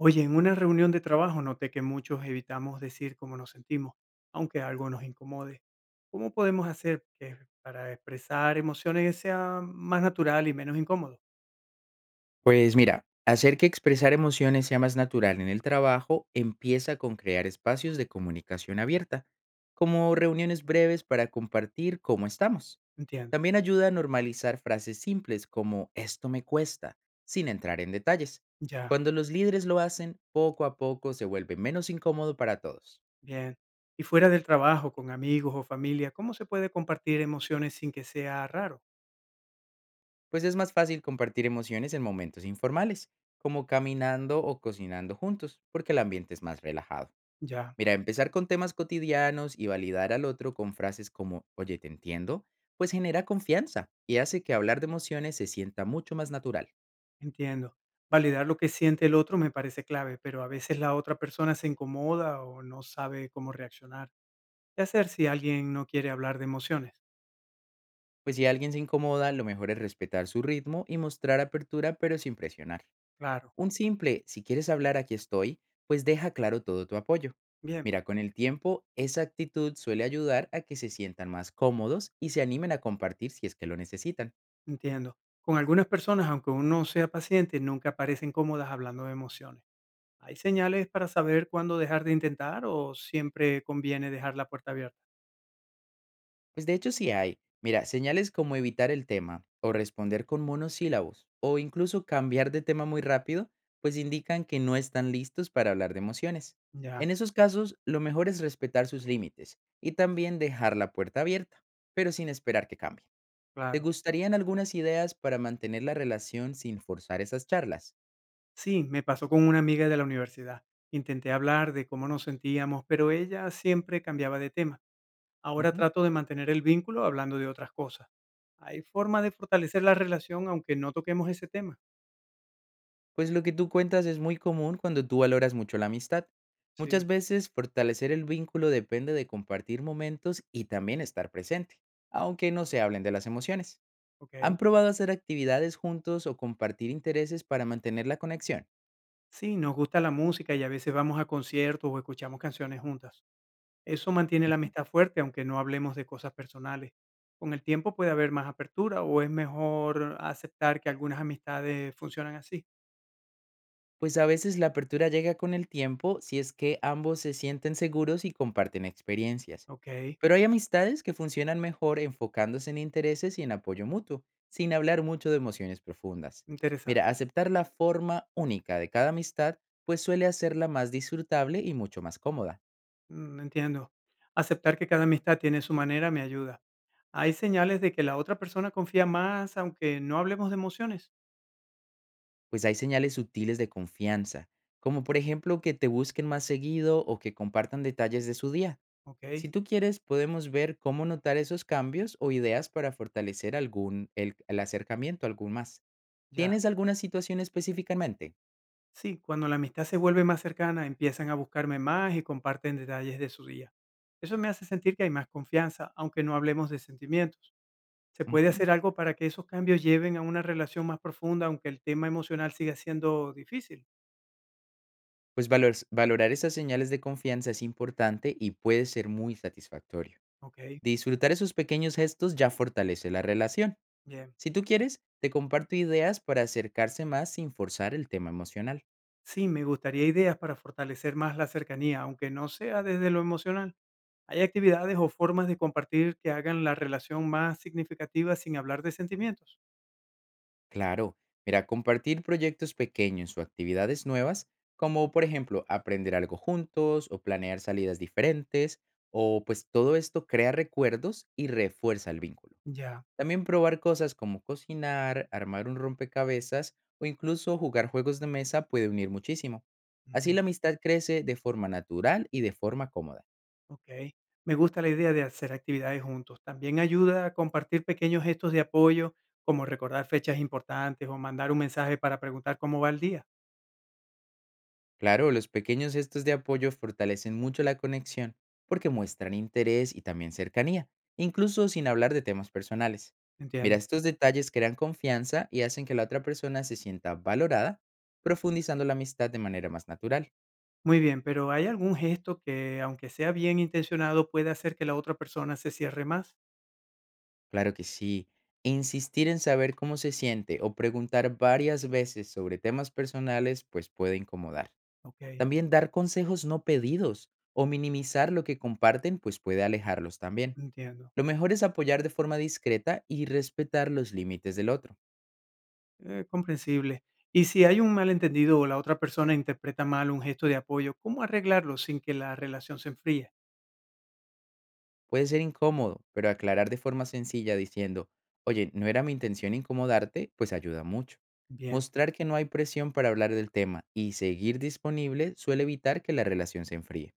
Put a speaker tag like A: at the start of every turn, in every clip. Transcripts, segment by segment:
A: Oye, en una reunión de trabajo noté que muchos evitamos decir cómo nos sentimos, aunque algo nos incomode. ¿Cómo podemos hacer que para expresar emociones sea más natural y menos incómodo?
B: Pues mira, hacer que expresar emociones sea más natural en el trabajo empieza con crear espacios de comunicación abierta, como reuniones breves para compartir cómo estamos.
A: Entiendo.
B: También ayuda a normalizar frases simples como esto me cuesta, sin entrar en detalles.
A: Ya,
B: Cuando los líderes lo hacen, poco a poco se vuelve menos incómodo para todos,
A: bien. Y fuera del trabajo, con amigos o familia, ¿cómo se puede compartir emociones sin que sea raro?
B: pues es más fácil compartir emociones en momentos informales, como caminando o cocinando juntos, porque el ambiente es más relajado.
A: Ya,
B: Mira, empezar con temas cotidianos y validar al otro con frases como, oye, te entiendo, pues genera confianza y hace que hablar de emociones se sienta mucho más natural.
A: entiendo. Validar lo que siente el otro me parece clave, pero a veces la otra persona se incomoda o no sabe cómo reaccionar. ¿Qué hacer si alguien no quiere hablar de emociones?
B: Pues si alguien se incomoda, lo mejor es respetar su ritmo y mostrar apertura, pero sin presionar.
A: Claro,
B: Un simple, si quieres hablar, aquí estoy, pues deja claro todo tu apoyo.
A: bien.
B: Mira, con el tiempo, esa actitud suele ayudar a que se sientan más cómodos y se animen a compartir si es que lo necesitan.
A: Entiendo. Con algunas personas, aunque uno no sea paciente, nunca parecen cómodas hablando de emociones. ¿Hay señales para saber cuándo dejar de intentar o siempre conviene dejar la puerta abierta?
B: Pues de hecho sí hay. Mira, señales como evitar el tema o responder con monosílabos o incluso cambiar de tema muy rápido, pues indican que no están listos para hablar de emociones.
A: Ya,
B: En esos casos, lo mejor es respetar sus límites y también dejar la puerta abierta, pero sin esperar que cambie. ¿Te
A: claro.
B: gustarían algunas ideas para mantener la relación sin forzar esas charlas?
A: Sí, me pasó con una amiga de la universidad. Intenté hablar de cómo nos sentíamos, pero ella siempre cambiaba de tema. Ahora
B: Ujú.
A: trato de mantener el vínculo hablando de otras cosas. ¿Hay forma de fortalecer la relación aunque no toquemos ese tema?
B: Pues lo que tú cuentas es muy común cuando tú valoras mucho la amistad.
A: Sí,
B: Muchas veces fortalecer el vínculo depende de compartir momentos y también estar presente, aunque no se hablen de las emociones. ¿Han
A: ok.
B: probado hacer actividades juntos o compartir intereses para mantener la conexión?
A: Sí, nos gusta la música y a veces vamos a conciertos o escuchamos canciones juntas. Eso mantiene la
B: Ujú.
A: amistad fuerte, aunque no hablemos de cosas personales. Con el tiempo puede haber más apertura o es mejor aceptar que algunas amistades funcionan así.
B: Pues a veces la apertura llega con el tiempo si es que ambos se sienten seguros y comparten experiencias.
A: Ok,
B: Pero hay amistades que funcionan mejor enfocándose en intereses y en apoyo mutuo, sin hablar mucho de emociones profundas.
A: interesante.
B: Mira, aceptar la forma única de cada amistad pues suele hacerla más disfrutable y mucho más cómoda,
A: Mm, entiendo. Aceptar que cada amistad tiene su manera me ayuda. Hay señales de que la otra persona confía más, aunque no hablemos de emociones.
B: pues hay señales sutiles de confianza, como por ejemplo que te busquen más seguido o que compartan detalles de su día.
A: Ok,
B: Si tú quieres, podemos ver cómo notar esos cambios o ideas para fortalecer algún el acercamiento, algún más.
A: ya.
B: ¿Tienes alguna situación específicamente?
A: Sí, cuando la amistad se vuelve más cercana, empiezan a buscarme más y comparten detalles de su día. Eso me hace sentir que hay más confianza, aunque no hablemos de sentimientos. ¿Se puede
B: Ujú.
A: hacer algo para que esos cambios lleven a una relación más profunda, aunque el tema emocional siga siendo difícil?
B: Pues valorar esas señales de confianza es importante y puede ser muy satisfactorio.
A: Ok,
B: Disfrutar esos pequeños gestos ya fortalece la relación.
A: bien.
B: Si tú quieres, te comparto ideas para acercarse más sin forzar el tema emocional.
A: Sí, me gustaría ideas para fortalecer más la cercanía, aunque no sea desde lo emocional. ¿Hay actividades o formas de compartir que hagan la relación más significativa sin hablar de sentimientos?
B: Claro, mira, compartir proyectos pequeños o actividades nuevas, como por ejemplo aprender algo juntos o planear salidas diferentes, o pues todo esto crea recuerdos y refuerza el vínculo.
A: Ya.
B: También probar cosas como cocinar, armar un rompecabezas o incluso jugar juegos de mesa puede unir muchísimo.
A: Ujú,
B: Así la amistad crece de forma natural y de forma cómoda.
A: ok. Me gusta la idea de hacer actividades juntos. También ayuda a compartir pequeños gestos de apoyo, como recordar fechas importantes o mandar un mensaje para preguntar cómo va el día.
B: Claro, los pequeños gestos de apoyo fortalecen mucho la conexión porque muestran interés y también cercanía, incluso sin hablar de temas personales. Mira,
A: Entiendo.
B: estos detalles crean confianza y hacen que la otra persona se sienta valorada, profundizando la amistad de manera más natural.
A: Muy bien, pero ¿hay algún gesto que, aunque sea bien intencionado, puede hacer que la otra persona se cierre más?
B: Claro que sí. Insistir en saber cómo se siente o preguntar varias veces sobre temas personales pues puede incomodar.
A: Ok,
B: También dar consejos no pedidos o minimizar lo que comparten pues puede alejarlos también.
A: entiendo.
B: Lo mejor es apoyar de forma discreta y respetar los límites del otro.
A: Comprensible. Y si hay un malentendido o la otra persona interpreta mal un gesto de apoyo, ¿cómo arreglarlo sin que la relación se enfríe?
B: Puede ser incómodo, pero aclarar de forma sencilla diciendo, oye, no era mi intención incomodarte, pues ayuda mucho.
A: Bien,
B: Mostrar que no hay presión para hablar del tema y seguir disponible suele evitar que la relación se enfríe.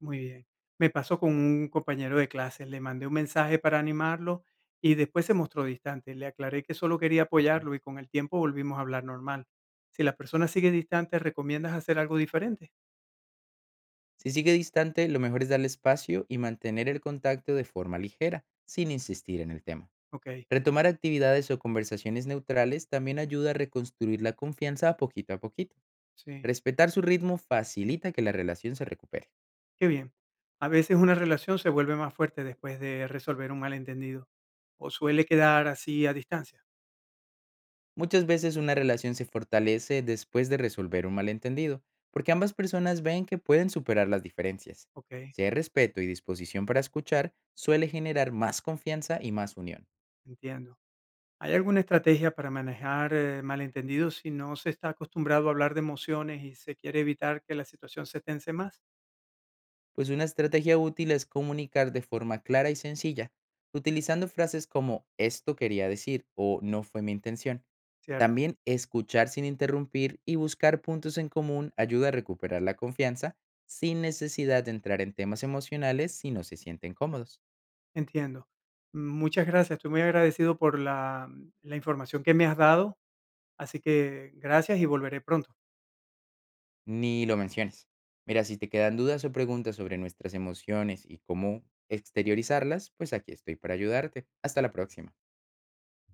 A: muy bien. Me pasó con un compañero de clase, le mandé un mensaje para animarlo y después se mostró distante. Le aclaré que solo quería apoyarlo y con el tiempo volvimos a hablar normal. Si la persona sigue distante, ¿recomiendas hacer algo diferente?
B: Si sigue distante, lo mejor es darle espacio y mantener el contacto de forma ligera, sin insistir en el tema.
A: Ok,
B: Retomar actividades o conversaciones neutrales también ayuda a reconstruir la confianza poquito a poquito.
A: sí.
B: Respetar su ritmo facilita que la relación se recupere.
A: Qué bien. A veces una relación se vuelve más fuerte después de resolver un malentendido o suele quedar así a distancia.
B: Muchas veces una relación se fortalece después de resolver un malentendido, porque ambas personas ven que pueden superar las diferencias.
A: Ok,
B: Si hay respeto y disposición para escuchar, suele generar más confianza y más unión.
A: entiendo. ¿Hay alguna estrategia para manejar malentendidos si no se está acostumbrado a hablar de emociones y se quiere evitar que la situación se tense más?
B: Pues una estrategia útil es comunicar de forma clara y sencilla, utilizando frases como esto quería decir o no fue mi intención.
A: Cierto,
B: También escuchar sin interrumpir y buscar puntos en común ayuda a recuperar la confianza sin necesidad de entrar en temas emocionales si no se sienten cómodos.
A: entiendo. Muchas gracias. Estoy muy agradecido por la información que me has dado. Así que gracias y volveré pronto.
B: Ni lo menciones. Mira, si te quedan dudas o preguntas sobre nuestras emociones y cómo exteriorizarlas, pues aquí estoy para ayudarte. Hasta la próxima.